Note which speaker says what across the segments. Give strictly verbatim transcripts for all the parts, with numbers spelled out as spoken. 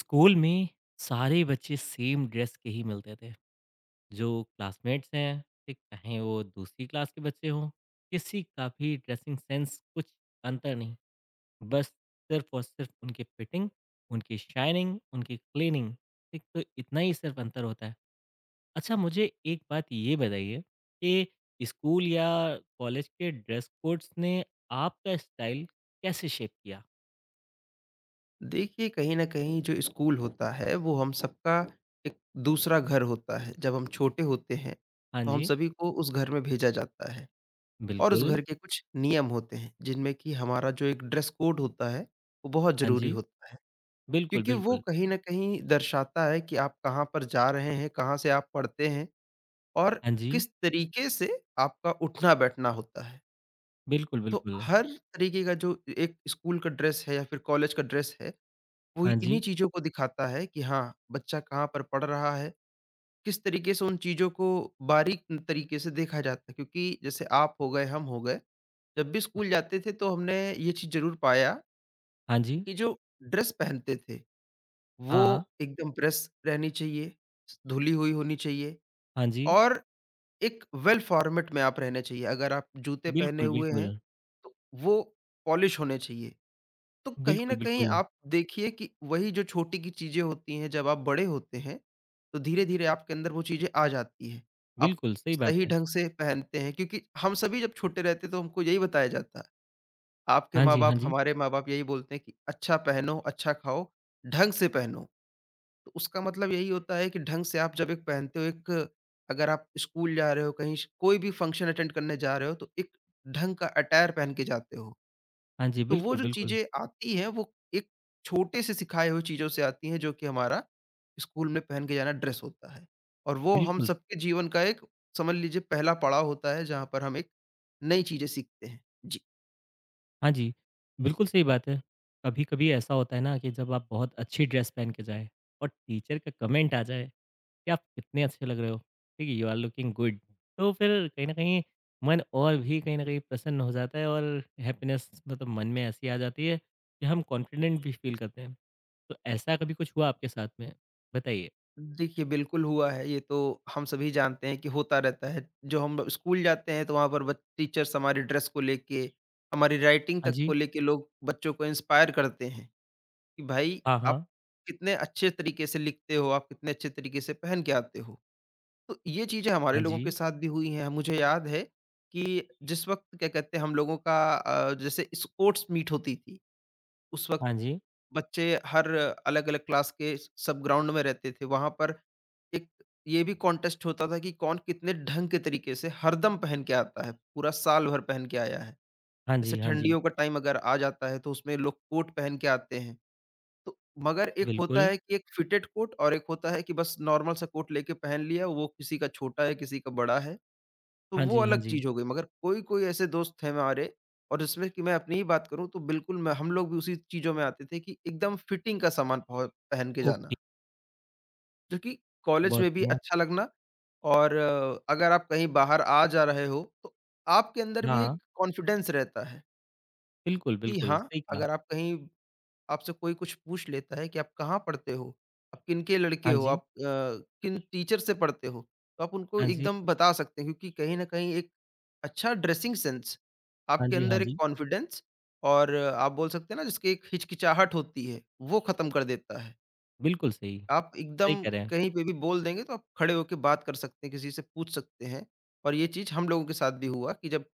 Speaker 1: School में सारे बच्चे सेम ड्रेस के ही मिलते थे। जो क्लासमेट्स हैं ठीक, चाहे वो दूसरी क्लास के बच्चे हों, किसी का भी ड्रेसिंग सेंस कुछ अंतर नहीं। बस सिर्फ और सिर्फ उनकी फिटिंग, उनकी शाइनिंग, उनकी क्लीनिंग, ठीक। तो इतना ही सिर्फ अंतर होता है। अच्छा मुझे एक बात ये बताइए कि स्कूल या कॉलेज के ड्रेस कोड्स ने आपका स्टाइल कैसे शेप किया।
Speaker 2: देखिए, कहीं न कहीं जो स्कूल होता है, वो हम सबका एक दूसरा घर होता है। जब हम छोटे होते हैं,
Speaker 1: हाँ
Speaker 2: तो हम
Speaker 1: जी।
Speaker 2: सभी को उस घर में भेजा जाता है और उस
Speaker 1: बिल्कुल।
Speaker 2: घर के कुछ नियम होते हैं, जिनमें कि हमारा जो एक ड्रेस कोड होता है, वो बहुत
Speaker 1: हाँ
Speaker 2: ज़रूरी
Speaker 1: जी।
Speaker 2: होता है।
Speaker 1: बिल्कुल
Speaker 2: क्योंकि वो
Speaker 1: बिल्कुल।
Speaker 2: कहीं न कहीं दर्शाता है कि आप कहाँ पर जा रहे हैं, कहाँ से आप पढ़ते हैं और
Speaker 1: हाँ जी।
Speaker 2: किस तरीके से आपका उठना-बैठना होता है।
Speaker 1: बिल्कुल,
Speaker 2: तो
Speaker 1: बिल्कुल।
Speaker 2: हर तरीके का जो एक स्कूल का ड्रेस है या फिर कॉलेज का ड्रेस है, वो
Speaker 1: हाँ
Speaker 2: इन्हीं
Speaker 1: जी,
Speaker 2: चीज़ों को दिखाता है कि हाँ, बच्चा कहाँ पर पढ़ रहा है, किस तरीके से उन चीज़ों को बारीक तरीके से देखा जाता है। क्योंकि जैसे आप हो गए, हम हो गए, जब भी स्कूल जाते थे तो हमने ये चीज़ ज़रूर पाया
Speaker 1: हाँ जी,
Speaker 2: कि जो ड्रेस पहनते थे,
Speaker 1: हाँ, हाँ,
Speaker 2: वो एकदम प्रेस रहनी चाहिए, धुली हुई होनी चाहिए
Speaker 1: हाँ जी।
Speaker 2: और एक वेल फॉर्मेट में आप रहने चाहिए। अगर आप जूते पहने
Speaker 1: बिल्कुल,
Speaker 2: हुए हैं,
Speaker 1: बिल्कुल।
Speaker 2: तो वो पॉलिश होने चाहिए। तो कहीं न
Speaker 1: बिल्कुल,
Speaker 2: कहीं
Speaker 1: बिल्कुल।
Speaker 2: आप देखिए कि वही जो छोटी की चीज़ें होती हैं, जब आप बड़े होते हैं, तो धीरे-धीरे आपके अंदर वो चीज़ें आ जाती हैं। आप
Speaker 1: बिल्कुल, सही बात
Speaker 2: सही
Speaker 1: है।
Speaker 2: ढंग से पहनते हैं क्योंकि हम सभी जब छोटे रहते हैं तो हमको यही बताया जाता है। आपके
Speaker 1: हाँ जी, हाँ
Speaker 2: माँ-बाप,
Speaker 1: जी,
Speaker 2: हमारे माँ-बाप यही बोलते हैं कि अच्छा पहनो, अच्छा खाओ, ढंग से पहनो। तो उसका मतलब यही होता है कि ढंग से आप जब एक पहनते हो, एक अगर आप स्कूल जा रहे हो, कहीं श कोई भी फंक्शन अटेंड करने जा रहे हो, तो एक ढंग का अटायर पहन के जाते हो।
Speaker 1: हाँ जी,
Speaker 2: तो वो
Speaker 1: बिल्कुल,
Speaker 2: जो
Speaker 1: बिल्कुल।
Speaker 2: चीज़ें आती हैं वो एक छोटे से सिखाए हुए चीज़ों से आती हैं, जो कि हमारा स्कूल में पहन के जाना ड्रेस होता है। और वो हम
Speaker 1: बिल्कुल,
Speaker 2: सबके जीवन का एक, समझ लीजिए, पहला पड़ाव होता है जहाँ पर हम एक नई चीज़ें सीखते हैं। जी।
Speaker 1: हाँ जी, बिल्कुल सही बात है। कभी-कभी ऐसा होता है ना कि जब आप बहुत अच्छी ड्रेस पहन के जाएँ और टीचर का कमेंट आ जाए कि आप कितने अच्छे लग रहे हो, ठीक है, यू आर लुकिंग गुड। तो फिर कहीं न कहीं मन और भी कहीं न कहीं प्रसन्न हो जाता है और हैप्पीनेस मतलब मन में ऐसी आ जाती है कि हम कॉन्फिडेंट भी फील करते हैं। तो ऐसा कभी कुछ हुआ आपके साथ में? बताइए।
Speaker 2: देखिए, बिल्कुल हुआ है, ये तो हम सभी जानते हैं कि होता रहता है। जो हम स्कूल जाते हैं तो वहाँ पर बच टीचर्स हमारी ड्रेस को लेके, हमारी राइटिंग
Speaker 1: हाँ
Speaker 2: तक को
Speaker 1: जी।
Speaker 2: लेके लोग बच्चों को इंस्पायर करते हैं कि भाई,
Speaker 1: हाँ,
Speaker 2: आप
Speaker 1: हाँ।
Speaker 2: कितने अच्छे तरीके से लिखते हो, आप कितने अच्छे तरीके से पहन के आते हो। तो ये चीज़ें हमारे
Speaker 1: हाँ
Speaker 2: लोगों के
Speaker 1: जी।
Speaker 2: साथ भी हुई हैं। मुझे याद है कि जिस वक़्त, क्या कहते हैं हम लोगों का, अ, जैसे स्पोर्ट्स मीट होती थी, उस वक़्त
Speaker 1: हाँ जी।
Speaker 2: बच्चे हर अलग-अलग क्लास के सब ग्राउंड में रहते थे। वहाँ पर एक ये भी कॉन्टेस्ट होता था कि कौन कितने ढंग के तरीके से हरदम पहन के आता है, पूरा साल भर पहन के आया है।
Speaker 1: हाँ
Speaker 2: जैसे
Speaker 1: जी, हाँ जी।
Speaker 2: ठंडियों का टाइम अगर आ जाता है तो उसमें लोग कोट पहन के आते हैं। तो मगर एक होता
Speaker 1: बिल्कुल।
Speaker 2: है कि एक फिटेड कोट और एक होता है कि बस नॉर्मल सा कोट लेके पहन लिया, वो किसी का छोटा है, किसी का बड़ा है। तो
Speaker 1: हाँ
Speaker 2: वो
Speaker 1: जी, हाँ
Speaker 2: अलग
Speaker 1: जी।
Speaker 2: चीज़ हो गई, मगर कोई-कोई ऐसे दोस्त हैं हमारे, और जिसमें कि मैं अपनी ही बात करूँ तो बिल्कुल मैं हम लोग भी उसी चीज़ों में आते थे कि एकदम फिटिंग का सामान पह पहन के
Speaker 1: ओके,
Speaker 2: जाना, जो कि कॉलेज
Speaker 1: बहुत
Speaker 2: में भी
Speaker 1: बढ़िया।
Speaker 2: अच्छा लगना। और अ, अगर आप कहीं बाहर आ जा रहे हो, तो आपके अंदर भी एक
Speaker 1: हाँ।
Speaker 2: कॉन्फिडेंस रहता है
Speaker 1: बिल्कुल,
Speaker 2: कि
Speaker 1: बिल्कुल,
Speaker 2: हाँ,
Speaker 1: सही कहा।
Speaker 2: अगर आप कहीं, आपसे कोई कुछ पूछ लेता है कि आप कहाँ पढ़ते हो? आप किनके लड़के
Speaker 1: हाँ
Speaker 2: हो?
Speaker 1: जी।
Speaker 2: आप अ, किन टीचर से पढ़ते हो? तो आप उनको
Speaker 1: हाँ जी।
Speaker 2: एकदम बता सकते हैं, क्योंकि कहीं न कहीं एक अच्छा ड्रेसिंग सेंस,
Speaker 1: हाँ
Speaker 2: आपके
Speaker 1: जी, हाँ
Speaker 2: अंदर एक
Speaker 1: जी।
Speaker 2: कॉन्फिडेंस, और अ, आप बोल सकते हैं ना, जिसकी एक हिचकिचाहट होती है, वो ख़त्म कर देता है।
Speaker 1: बिल्कुल सही,
Speaker 2: आप
Speaker 1: सही
Speaker 2: एकदम
Speaker 1: कह रहे हैं।
Speaker 2: कहीं पे भी बोल देंगे, तो आप खड़े होके बात कर सकते हैं, किसी से पूछ सकते हैं। और ये चीज़ हम लोगों के साथ भी हुआ कि जब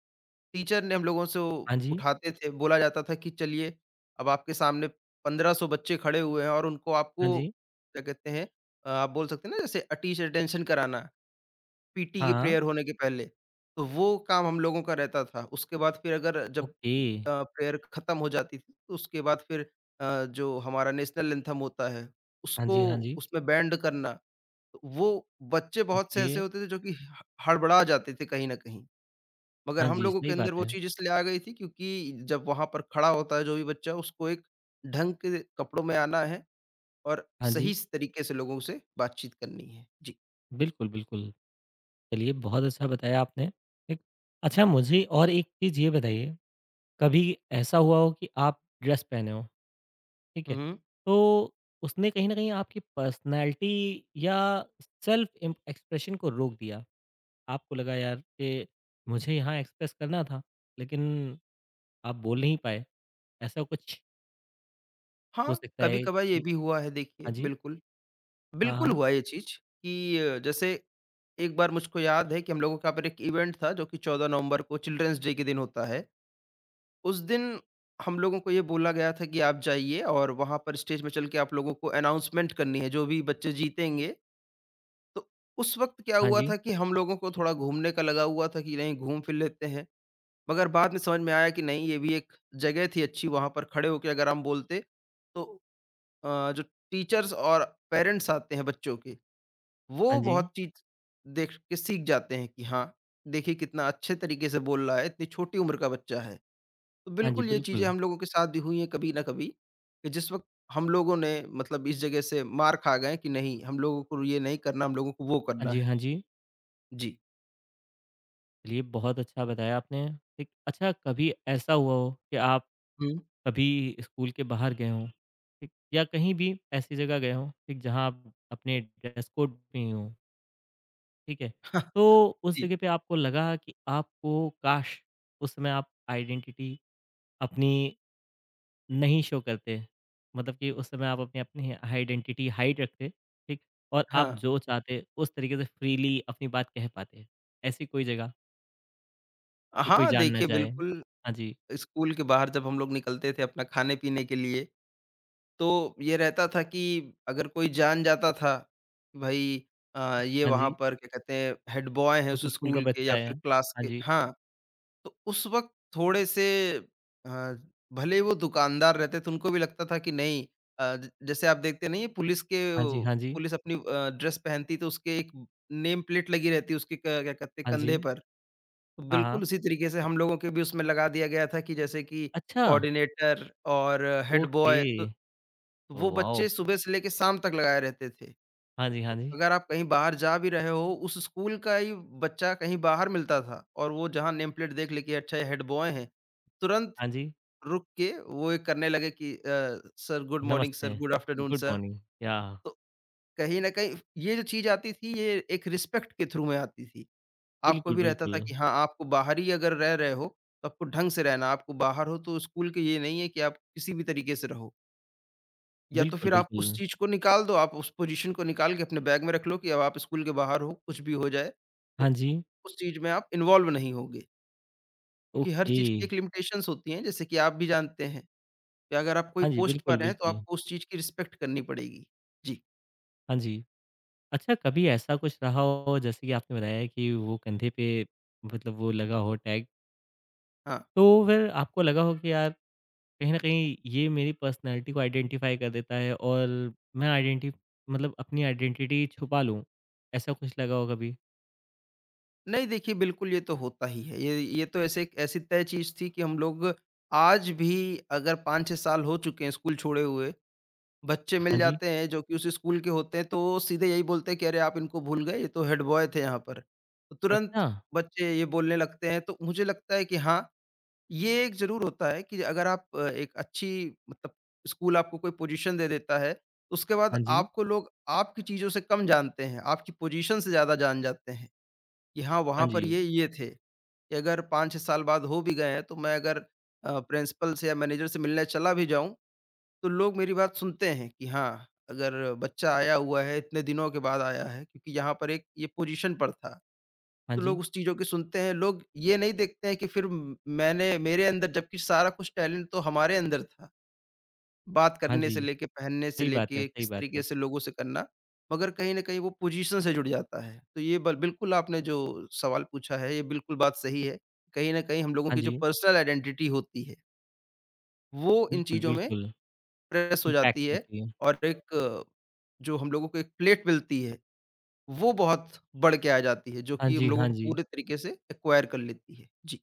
Speaker 2: टीचर ने हम लोगों से, वो
Speaker 1: हाँ जी।
Speaker 2: उठाते थे, बोला जाता था कि चलिए अब आपके सामने पंद्रह सौ बच्चे खड़े हुए हैं और उनको आपको,
Speaker 1: हाँ जी।
Speaker 2: क्या कहते हैं अ, आप बोल सकते हैं ना, जैसे अ, टीचर अटेंशन कराना, पीटी की
Speaker 1: हाँ।
Speaker 2: प्रेयर होने के पहले, तो वो काम हम लोगों का रहता था। उसके बाद फिर, अगर जब अ,
Speaker 1: ओके।
Speaker 2: प्रेयर खत्म हो जाती थी, तो उसके बाद फिर अ, जो हमारा नेशनल एंथम होता है,
Speaker 1: हाँ
Speaker 2: उसको,
Speaker 1: जी, हाँ जी।
Speaker 2: उसमें बैंड करना, तो वो बच्चे बहुत से
Speaker 1: ओके।
Speaker 2: ऐसे होते थे जो कि ह हड़बड़ा जाते थे कहीं न कहीं। मगर
Speaker 1: हाँ
Speaker 2: हम
Speaker 1: जी,
Speaker 2: लोगों के
Speaker 1: सही
Speaker 2: अंदर
Speaker 1: बात
Speaker 2: वो
Speaker 1: है।
Speaker 2: चीज़ इसलिए आ गई थी क्योंकि जब वहाँ पर खड़ा होता है जो भी बच्चा, उसको एक ढंग के कपड़ों में आना है और
Speaker 1: हाँ जी।
Speaker 2: सही स तरीके से लोगों से बातचीत करनी है। जी।
Speaker 1: बिल्कुल, बिल्कुल। चलिए, बहुत अच्छा बताया आपने। एक अच्छा मुझे और एक चीज़ ये बताइए, कभी ऐसा हुआ हो कि आप ड्रेस पहने हो? ठीक है।
Speaker 2: हुँ।
Speaker 1: तो उसने कहीं न कहीं आपकी पर्सनैलिटी या सेल्फ इम एक्सप्रेशन को रोक दिया। आपको लगा यार कि मुझे यहाँ एक्सप्रेस करना था, लेकिन आप बोल नहीं पाए। ऐसा कुछ हो
Speaker 2: हाँ,
Speaker 1: सकता है
Speaker 2: कभी-कभार ये
Speaker 1: कि
Speaker 2: भी हुआ है, देखिए,
Speaker 1: हाँ जी,
Speaker 2: बिल्कुल।
Speaker 1: हाँ,
Speaker 2: बिल्कुल
Speaker 1: हाँ।
Speaker 2: हुआ ये चीज़ कि अ, जैसे एक बार मुझको याद है कि हम लोगों के यहाँ पर एक इवेंट था जो कि 14 नवंबर को चिल्ड्रन्स डे के दिन होता है। उस दिन हम लोगों को ये बोला गया था कि आप जाइए और वहाँ पर स्टेज में चल के आप लोगों को अनाउंसमेंट करनी है, जो भी बच्चे जीतेंगे। तो उस वक़्त क्या
Speaker 1: हाँ
Speaker 2: हुआ
Speaker 1: जी,
Speaker 2: था कि हम लोगों को थोड़ा घूमने का लगा हुआ था कि नहीं, घूम फिर लेते हैं, मगर बाद में समझ में आया कि नहीं, ये भी एक जगह थी अच्छी, वहाँ पर खड़े होके अगर हम बोलते, तो अ, जो टीचर्स और पेरेंट्स आते हैं बच्चों के,
Speaker 1: हाँ
Speaker 2: वो
Speaker 1: जी,
Speaker 2: बहुत चीज़ देख के सीख जाते हैं कि हाँ, देखिए कितना अच्छे तरीके से बोल रहा है, इतनी छोटी उम्र का बच्चा है। तो
Speaker 1: हाँ जी,
Speaker 2: बिल्कुल ये चीज़ें
Speaker 1: बिल्कुल।
Speaker 2: हम लोगों के साथ भी हुई हैं कभी ना कभी, कि जिस वक़्त हम लोगों ने, मतलब इस जगह से मार खा गए कि नहीं, हम लोगों को ये नहीं करना, हम लोगों को वो
Speaker 1: हाँ
Speaker 2: करना
Speaker 1: जी,
Speaker 2: है।
Speaker 1: हाँ जी।
Speaker 2: जी।
Speaker 1: चलिए बहुत अच्छा बताया आपने। ठीक, अच्छा कभी ऐसा हुआ हो कि आप
Speaker 2: हुँ।
Speaker 1: कभी स्कूल के बाहर गए हों, ठीक, या कहीं भी ऐसी जगह गए हों, ठीक, जहाँ आप अपने ड्रेस कोड में ही हों? ठीक है?
Speaker 2: हाँ,
Speaker 1: तो उस
Speaker 2: जी।
Speaker 1: जगह पे आपको लगा कि आपको काश! उस समय आप आइडेंटिटी अपनी नहीं शो करते। मतलब कि उस समय आप अपनी अपनी आइडेंटिटी हाइड रखते, ठीक? और
Speaker 2: हाँ।
Speaker 1: आप जो चाहते उस तरीके से फ्रीली अपनी बात कह पाते। ऐसी कोई जगह कि कोई
Speaker 2: हाँ,
Speaker 1: जान ना
Speaker 2: देखिए
Speaker 1: जाए।
Speaker 2: बिल्कुल,
Speaker 1: हाँ जी।
Speaker 2: स्कूल के बाहर जब हम लोग निकलते थे अपना खाने-पीने के लिए, तो ये रहता था कि अगर कोई जान जाता था, भई अ, ये
Speaker 1: हाँ
Speaker 2: वहाँ
Speaker 1: जी,
Speaker 2: पर, क्या कहते हैं, हेड बॉय हैं
Speaker 1: उस
Speaker 2: उस
Speaker 1: स्कूल का
Speaker 2: स्कूल के
Speaker 1: बच्चा
Speaker 2: या
Speaker 1: है।
Speaker 2: फिर क्लास
Speaker 1: हाँ
Speaker 2: के।
Speaker 1: जी,
Speaker 2: हाँ, तो उस वक़्त थोड़े से अ, भले ही वो दुकानदार रहते थे, उनको भी लगता था कि नहीं, अ, ज जैसे आप देखते नहीं हैं पुलिस के,
Speaker 1: हाँ जी, हाँ जी,
Speaker 2: पुलिस अपनी अ, ड्रेस पहनती, तो उसके एक नेम प्लेट लगी रहती है उसके, क क्या कहते हैं,
Speaker 1: हाँ
Speaker 2: कंधे
Speaker 1: जी।
Speaker 2: पर।
Speaker 1: हाँ,
Speaker 2: बिल्कुल,
Speaker 1: हाँ।
Speaker 2: उसी तरीके से हम लोगों के भी उसमें लगा दिया गया था कि जैसे कि
Speaker 1: अच्छा!
Speaker 2: कोऑर्डिनेटर और हेड
Speaker 1: ओके।
Speaker 2: बॉय, तो तो वो
Speaker 1: वाओ!
Speaker 2: बच्चे सुबह से लेके शाम तक लगाए रहते थे।
Speaker 1: हाँ जी, हाँ
Speaker 2: तो
Speaker 1: जी,
Speaker 2: अगर आप कहीं बाहर जा भी रहे हो, उस स्कूल का ही बच्चा कहीं बाहर मिलता था और वो जहाँ नेम प्लेट देख ले कि अच्छा ये हेड बॉय हैं, तुरंत
Speaker 1: हाँ जी।
Speaker 2: रुक के वो ये करने लगे कि अ, सर गुड मॉर्निंग सर,
Speaker 1: नमस्ते,
Speaker 2: good afternoon
Speaker 1: good
Speaker 2: sir.
Speaker 1: Morning. या
Speaker 2: तो कहीं न कहीं ये जो चीज़ आती थी, ये एक रिस्पेक्ट के थ्रू में आती थी। आपको
Speaker 1: बिल्कुल,
Speaker 2: भी रहता था
Speaker 1: बिल्कुल।
Speaker 2: कि हाँ, आपको बाहर ही अगर रह रहे हो, तो आपको ढंग से रहना है, आपको बाहर हो तो स्कूल के, ये नहीं है कि आप किसी भी तरीके से रहो। या तो
Speaker 1: बिल्कुल,
Speaker 2: फिर आप उस
Speaker 1: बिल्कुल।
Speaker 2: चीज़ को निकाल दो, आप उस पोज़ीशन को निकाल के अपने बैग में रख लो कि अब आप स्कूल के बाहर हो, कुछ भी हो जाए,
Speaker 1: हाँ
Speaker 2: तो
Speaker 1: जी,
Speaker 2: उस चीज़ में आप इन्वॉल्व नहीं होगे। क्योंकि हर
Speaker 1: ओके।
Speaker 2: चीज़ की एक लिमिटेशंस होती हैं, जैसे कि आप भी जानते हैं कि अगर आप कोई
Speaker 1: हाँ जी,
Speaker 2: पोस्ट
Speaker 1: बिल्कुल,
Speaker 2: पर हैं, तो
Speaker 1: बिल्कुल।
Speaker 2: आपको उस चीज़ की रिस्पेक्ट करनी पड़ेगी। जी,
Speaker 1: हाँ जी। अच्छा कभी ऐसा कुछ रहा हो जैसे कि आपने बताया कि वो कंधे पे मतलब वो लगा हो टैग,
Speaker 2: हाँ।
Speaker 1: तो फिर आपको लगा हो कि यार कहीं न कहीं ये मेरी पर्सनैलिटी को आइडेंटिफ़ाई कर देता है और मैं आइडेंटि मतलब अपनी आइडेंटिटी छुपा लूँ, ऐसा कुछ लगा हो कभी?
Speaker 2: नहीं देखिए, बिल्कुल ये तो होता ही है। ये ये तो ऐसे ऐसी तय चीज़ थी कि हम लोग आज भी, अगर पाँच छह साल हो चुके हैं स्कूल छोड़े हुए, बच्चे मिल
Speaker 1: हाँ जी।
Speaker 2: जाते हैं जो कि उस स्कूल के होते हैं, तो वो सीधे यही बोलते हैं कि अरे आप इनको भूल गए, ये तो हेड बॉय थे यहाँ पर। तो तुरंत
Speaker 1: अच्छा!
Speaker 2: बच्चे ये बोलने लगते हैं, तो मुझे लगता है कि हाँ, ये एक ज़रूर होता है कि अगर आप अ, एक अच्छी, मतलब स्कूल आपको कोई पोज़ीशन दे देता है, तो उसके बाद
Speaker 1: हाँ जी,
Speaker 2: आपको लोग आपकी चीज़ों से कम जानते हैं, आपकी पोज़ीशन से ज़्यादा जान जाते हैं। कि हाँ, वहाँ
Speaker 1: हाँ
Speaker 2: पर
Speaker 1: जी,
Speaker 2: ये, ये थे कि अगर पाँच छह साल बाद हो भी गए हैं, तो मैं अगर अ, प्रिंसिपल से या मैनेजर से मिलने चला भी जाऊँ, तो लोग मेरी बात सुनते हैं कि हाँ, अगर बच्चा आया हुआ है, इतने दिनों के बाद आया है, क्योंकि यहाँ पर एक ये पोजीशन पर था,
Speaker 1: हाँ
Speaker 2: तो लोग
Speaker 1: जी,
Speaker 2: उस चीज़ों की सुनते हैं। लोग ये नहीं देखते हैं कि फिर म मैंने मेरे अंदर, जबकि सारा कुछ टैलेंट तो हमारे अंदर था। बात
Speaker 1: हाँ
Speaker 2: करने से
Speaker 1: जी।
Speaker 2: लेके, पहनने से
Speaker 1: सही बात है,
Speaker 2: लेके,
Speaker 1: सही
Speaker 2: किस
Speaker 1: बात
Speaker 2: तरीके
Speaker 1: है।
Speaker 2: से लोगों से करना, मगर कहीं न कहीं वो पोज़ीशन से जुड़ जाता है। तो ये बल बिल्कुल आपने जो सवाल पूछा है, ये बिल्कुल बात सही है। कहीं न कहीं हम लोगों
Speaker 1: हाँ
Speaker 2: की जो
Speaker 1: जी,
Speaker 2: पर्सनल आइडेंटिटी होती है, वो इन
Speaker 1: बिल्कुल,
Speaker 2: चीज़ों में
Speaker 1: बिल्कुल।
Speaker 2: प्रेस हो
Speaker 1: इम्पैक्ट
Speaker 2: जाती है
Speaker 1: करती है।
Speaker 2: और एक अ, जो हम लोगों को एक प्लेट मिलती है, वो बहुत बढ़ के आ जाती है, जो
Speaker 1: हाँ
Speaker 2: कि हम
Speaker 1: जी,
Speaker 2: लोगों
Speaker 1: हाँ
Speaker 2: को
Speaker 1: जी।
Speaker 2: पूरे तरीके से एक्वायर कर लेती है। जी।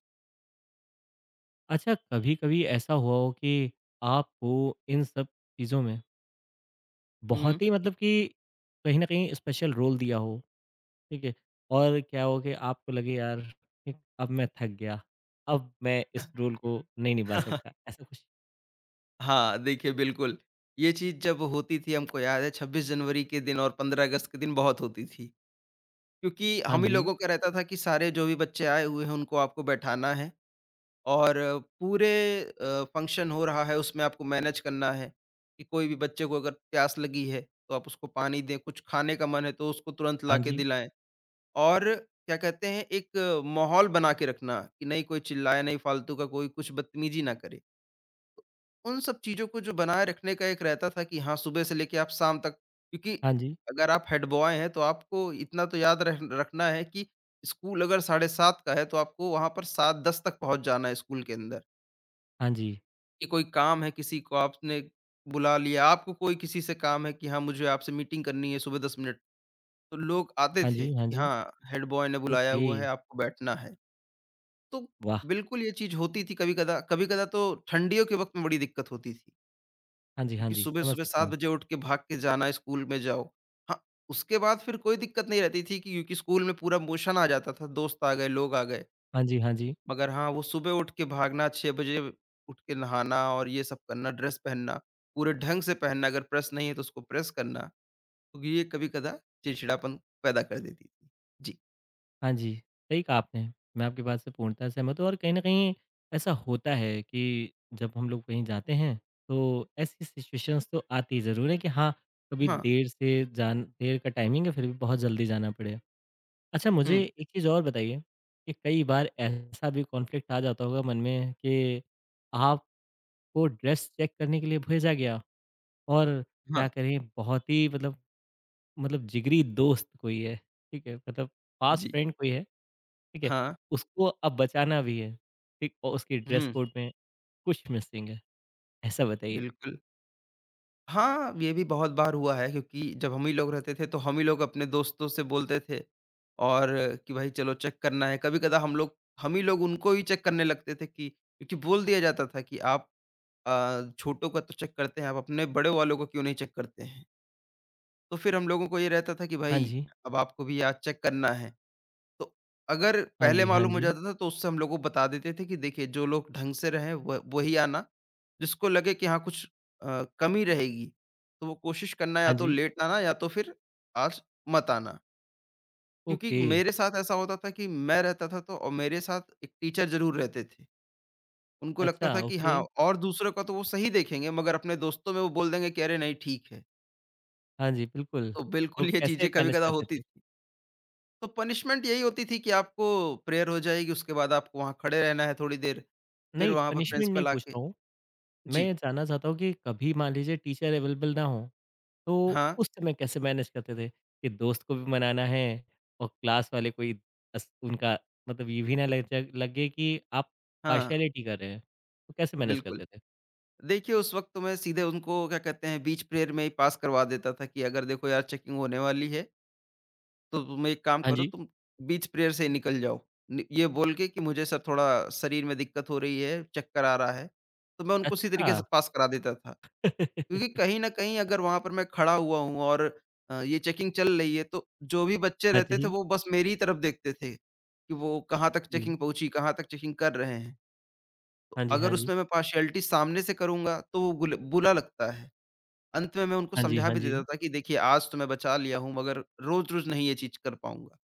Speaker 1: अच्छा कभी-कभी ऐसा हुआ हो कि आपको इन सब चीज़ों में
Speaker 2: हुँ।
Speaker 1: बहुत ही मतलब कि कहीं न कहीं स्पेशल रोल दिया हो, ठीक है? और क्या हो कि आपको लगे यार ठीक अब मैं थक गया, अब मैं इस रोल को नहीं निभा सकता, ऐसा कुछ?
Speaker 2: हाँ, देखिए बिल्कुल, ये चीज़ जब होती थी हमको याद है 26 जनवरी के दिन और 15 अगस्त के दिन बहुत होती थी। क्योंकि
Speaker 1: हाँ
Speaker 2: हम ही
Speaker 1: जी,
Speaker 2: लोगों का रहता था कि सारे जो भी बच्चे आए हुए हैं उनको आपको बैठाना है और पूरे अ, फंक्शन हो रहा है उसमें आपको मैनेज करना है, कि कोई भी बच्चे को अगर प्यास लगी है तो आप उसको पानी दें, कुछ खाने का मन है तो उसको तुरंत ला
Speaker 1: हाँ
Speaker 2: के
Speaker 1: जी,
Speaker 2: दिलाएँ। और क्या कहते हैं एक माहौल बना के रखना कि नहीं कोई चिल्लाए, नहीं फालतू का कोई कुछ बदतमीज़ी ना करे। उन सब चीज़ों को जो बनाए रखने का एक रहता था कि हाँ, सुबह से लेके आप शाम तक क्योंकि
Speaker 1: हाँ जी,
Speaker 2: अगर आप हेड बॉय हैं, तो आपको इतना तो याद रह रखना है कि स्कूल अगर साढ़े सात का है, तो आपको वहाँ पर सात दस तक पहुँच जाना है स्कूल के अंदर।
Speaker 1: हाँ जी,
Speaker 2: कि कोई काम है, किसी को आपने बुला लिया, आपको कोई किसी से काम है कि हाँ, मुझे आपसे मीटिंग करनी है सुबह 10 मिनट, तो लोग आते
Speaker 1: हाँ
Speaker 2: थे
Speaker 1: जी, हाँ
Speaker 2: कि
Speaker 1: जी।
Speaker 2: हाँ, हेड बॉय ने बुलाया
Speaker 1: ओके,
Speaker 2: हुआ है, आपको बैठना है। तो
Speaker 1: वाह!
Speaker 2: बिल्कुल ये चीज़ होती थी कभी-कदा कभी-कदा तो ठंडियों के वक़्त में बड़ी दिक्कत होती थी।
Speaker 1: हाँ जी, हाँ
Speaker 2: क्योंकि
Speaker 1: जी, समझ
Speaker 2: सुबह-सुबह
Speaker 1: सकता
Speaker 2: सात
Speaker 1: हूँ।
Speaker 2: बजे उठ के भाग के जाना स्कूल में जाओ। हाँ, उसके बाद फिर कोई दिक्कत नहीं रहती थी कि क्योंकि स्कूल में पूरा मोशन आ जाता था, दोस्त आ गए, लोग आ गए।
Speaker 1: हाँ जी, हाँ जी।
Speaker 2: मगर हाँ, वो सुबह उठ के भागना, छह बजे उठ के नहाना और ये सब करना, ड्रेस पहनना, पूरे ढंग से पहनना, अगर प्रेस नहीं है तो उसको प्रेस करना, तो ये कभी-कदा चिड़चिड़ापन पैदा कर देती थी। जी,
Speaker 1: हाँ जी, सही कहा आपने। मैं आपकी बात से पूर्णतः सहमत हूँ और कहीं न कहीं ऐसा होता है कि जब हम लोग कहीं जाते हैं, तो ऐसी सिचुएशंस तो आती ज़रूर है कि हाँ, कभी
Speaker 2: हाँ,
Speaker 1: देर से जान देर का टाइमिंग है, फिर भी बहुत जल्दी जाना पड़े। अच्छा, मुझे
Speaker 2: हुँ,
Speaker 1: एक चीज़ और बताइए कि कई बार ऐसा भी कॉन्फ्लिक्ट आ जाता होगा मन में कि आपको ड्रेस चेक करने के लिए भेजा गया और
Speaker 2: हाँ,
Speaker 1: क्या करें, बहुत ही मतलब मतलब जिगरी दोस्त कोई है, ठीक है? मतलब फ़ास्ट
Speaker 2: जी,
Speaker 1: फ्रेंड कोई है, ठीक है?
Speaker 2: हाँ,
Speaker 1: उसको अब बचाना भी है, ठीक? और उसके ड्रेस
Speaker 2: हुँ,
Speaker 1: कोड में कुछ मिसिंग है, ऐसा बताइए।
Speaker 2: बिल्कुल। हाँ, ये भी बहुत बार हुआ है क्योंकि जब हम ही लोग रहते थे तो हम ही लोग अपने दोस्तों से बोलते थे और कि भाई चलो चेक करना है। कभी-कदा हम लोग हम ही लोग उनको ही चेक करने लगते थे कि क्योंकि बोल दिया जाता था कि आप अ, छोटों का तो चेक करते हैं, आप अपने बड़े वालों को क्यों नहीं चेक करते हैं? तो फिर हम लोगों को ये रहता था कि
Speaker 1: हाँ
Speaker 2: भाई
Speaker 1: जी,
Speaker 2: अब आपको भी आज चेक करना है। तो अगर
Speaker 1: हाँ
Speaker 2: पहले
Speaker 1: जी, हाँ
Speaker 2: मालूम हो
Speaker 1: जी,
Speaker 2: जाता था तो उससे हम लोग को बता देते थे कि देखिए जो लोग ढंग से रहें वह वही आना, जिसको लगे कि हाँ कुछ अ, कमी रहेगी तो वो कोशिश करना या
Speaker 1: हाँ
Speaker 2: तो
Speaker 1: जी,
Speaker 2: लेट आना या तो फिर आज मत आना। क्योंकि
Speaker 1: ओके,
Speaker 2: मेरे साथ ऐसा होता था कि मैं रहता था तो और मेरे साथ एक टीचर ज़रूर रहते थे। उनको लगता
Speaker 1: अच्छा,
Speaker 2: था कि
Speaker 1: ओके,
Speaker 2: हाँ और दूसरों का तो वो सही देखेंगे मगर अपने दोस्तों में वो बोल देंगे कि अरे नहीं ठीक है।
Speaker 1: हाँ जी, बिल्कुल।
Speaker 2: तो
Speaker 1: तो
Speaker 2: बिल्कुल ये
Speaker 1: कैसे
Speaker 2: चीज़ें
Speaker 1: मैनेज
Speaker 2: कभी-कदा
Speaker 1: करते
Speaker 2: होती
Speaker 1: थे?
Speaker 2: थी। तो पनिशमेंट यही होती थी कि आपको प्रेयर हो जाएगी, उसके बाद आपको वहाँ खड़े रहना है थोड़ी देर, फिर
Speaker 1: नहीं,
Speaker 2: वहाँ पर
Speaker 1: पनिशमेंट नहीं
Speaker 2: प्रिंसिपल
Speaker 1: पूछ
Speaker 2: आके
Speaker 1: रहा हूँ, मैं
Speaker 2: जी,
Speaker 1: ये जानना चाहता हूँ कि कभी मान लीजिए टीचर अवेलेबल ना हो, तो
Speaker 2: हाँ,
Speaker 1: उस समय कैसे मैनेज करते थे कि दोस्त को भी मनाना है और क्लास वाले कोई अस उनका मतलब ये भी ना लग जाए लगे कि आप
Speaker 2: हाँ,
Speaker 1: पार्शियलिटी कर रहे हैं, तो कैसे मैनेज
Speaker 2: बिल्कुल।
Speaker 1: करते थे?
Speaker 2: देखिए, उस वक़्त तो मैं सीधे उनको क्या कहते हैं बीच प्रेयर में ही पास करवा देता था कि अगर देखो यार चेकिंग होने वाली है, तो तुम एक काम
Speaker 1: हाँ
Speaker 2: करो
Speaker 1: जी।
Speaker 2: तुम बीच प्रेयर से ही निकल जाओ। नि ये बोल के कि मुझे सर थोड़ा शरीर में दिक्कत हो रही है, चक्कर आ रहा है, तो मैं उनको उसी
Speaker 1: अच्छा।
Speaker 2: तरीके से पास करा देता था। क्योंकि कहीं न कहीं अगर वहाँ पर मैं खड़ा हुआ हूँ और अ, ये चेकिंग चल रही है, तो जो भी बच्चे
Speaker 1: हाँ
Speaker 2: रहते थे
Speaker 1: जी।
Speaker 2: वो बस मेरी ही तरफ देखते थे, कि वो कहाँ तक
Speaker 1: हुँ।
Speaker 2: चेकिंग पहुँची, कहाँ तक चेकिंग कर रहे हैं। तो
Speaker 1: हाँ जी,
Speaker 2: अगर
Speaker 1: हाँ जी।
Speaker 2: उसमें मैं पार्शियलिटी सामने से करूँगा तो वो गुल बुरा लगता है। अंत में मैं उनको
Speaker 1: हाँ जी,
Speaker 2: समझा
Speaker 1: हाँ
Speaker 2: भी
Speaker 1: जी।
Speaker 2: देता था कि देखिए आज तो मैं बचा लिया हूँ मगर रोज़-रोज़ नहीं ये चीज़ कर पाऊँगा।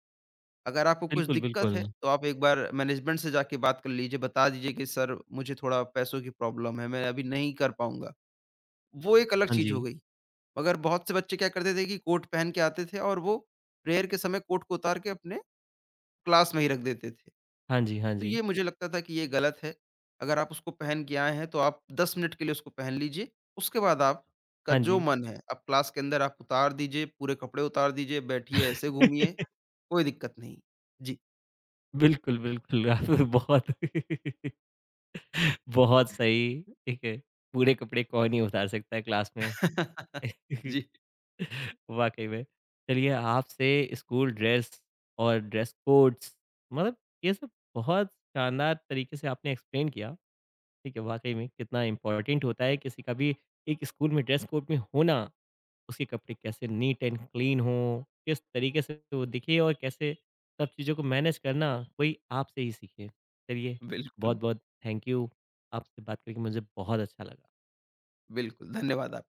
Speaker 2: अगर आपको कुछ
Speaker 1: बिल्कुल,
Speaker 2: दिक्कत
Speaker 1: बिल्कुल।
Speaker 2: है तो आप एक बार मैनेजमेंट से जाके बात कर लीजिए, बता दीजिए कि सर मुझे थोड़ा पैसों की प्रॉब्लम है, मैं अभी नहीं कर पाऊँगा। वो एक अलग
Speaker 1: हाँ
Speaker 2: चीज़
Speaker 1: जी।
Speaker 2: हो गई। मगर बहुत से बच्चे क्या करते थे कि कोट पहन के आते थे और वो प्रेयर के समय कोट को उतार के अपने क्लास में ही रख देते थे।
Speaker 1: हाँ जी, हाँ
Speaker 2: तो
Speaker 1: जी।
Speaker 2: ये मुझे लगता था कि ये गलत है। अगर आप उसको पहन के आए हैं तो आप 10 मिनट के लिए उसको पहन लीजिए। उसके बाद आपका
Speaker 1: हाँ
Speaker 2: जो
Speaker 1: जी।
Speaker 2: मन है आप क्लास के अंदर आप उतार दीजिए, पूरे कपड़े उतार दीजिए, बैठिए, ऐसे घूमिए, कोई दिक्कत नहीं। जी।
Speaker 1: बिल्कुल, बिल्कुल। आप बहुत बहुत सही, ठीक है। पूरे कपड़े कौन ही उतार सकता है क्लास में।
Speaker 2: जी,
Speaker 1: वाक़ई में। चलिए आपसे स्कूल ड्रेस और ड्रेस कोड्स मतलब ये सब बहुत शानदार तरीके से आपने एक्सप्लेन किया। ठीक है, वाक़ई में कितना इम्पोर्टेंट होता है किसी का भी एक स्कूल में ड्रेस कोड में होना, उसके कपड़े कैसे नीट एंड क्लीन हों, किस तरीके से वो दिखे और कैसे सब चीज़ों को मैनेज करना कोई आपसे ही सीखे। चलिए
Speaker 2: बिल्कुल,
Speaker 1: बहुत-बहुत थैंक यू, आपसे बात करके मुझे बहुत अच्छा लगा।
Speaker 2: बिल्कुल। धन्यवाद आप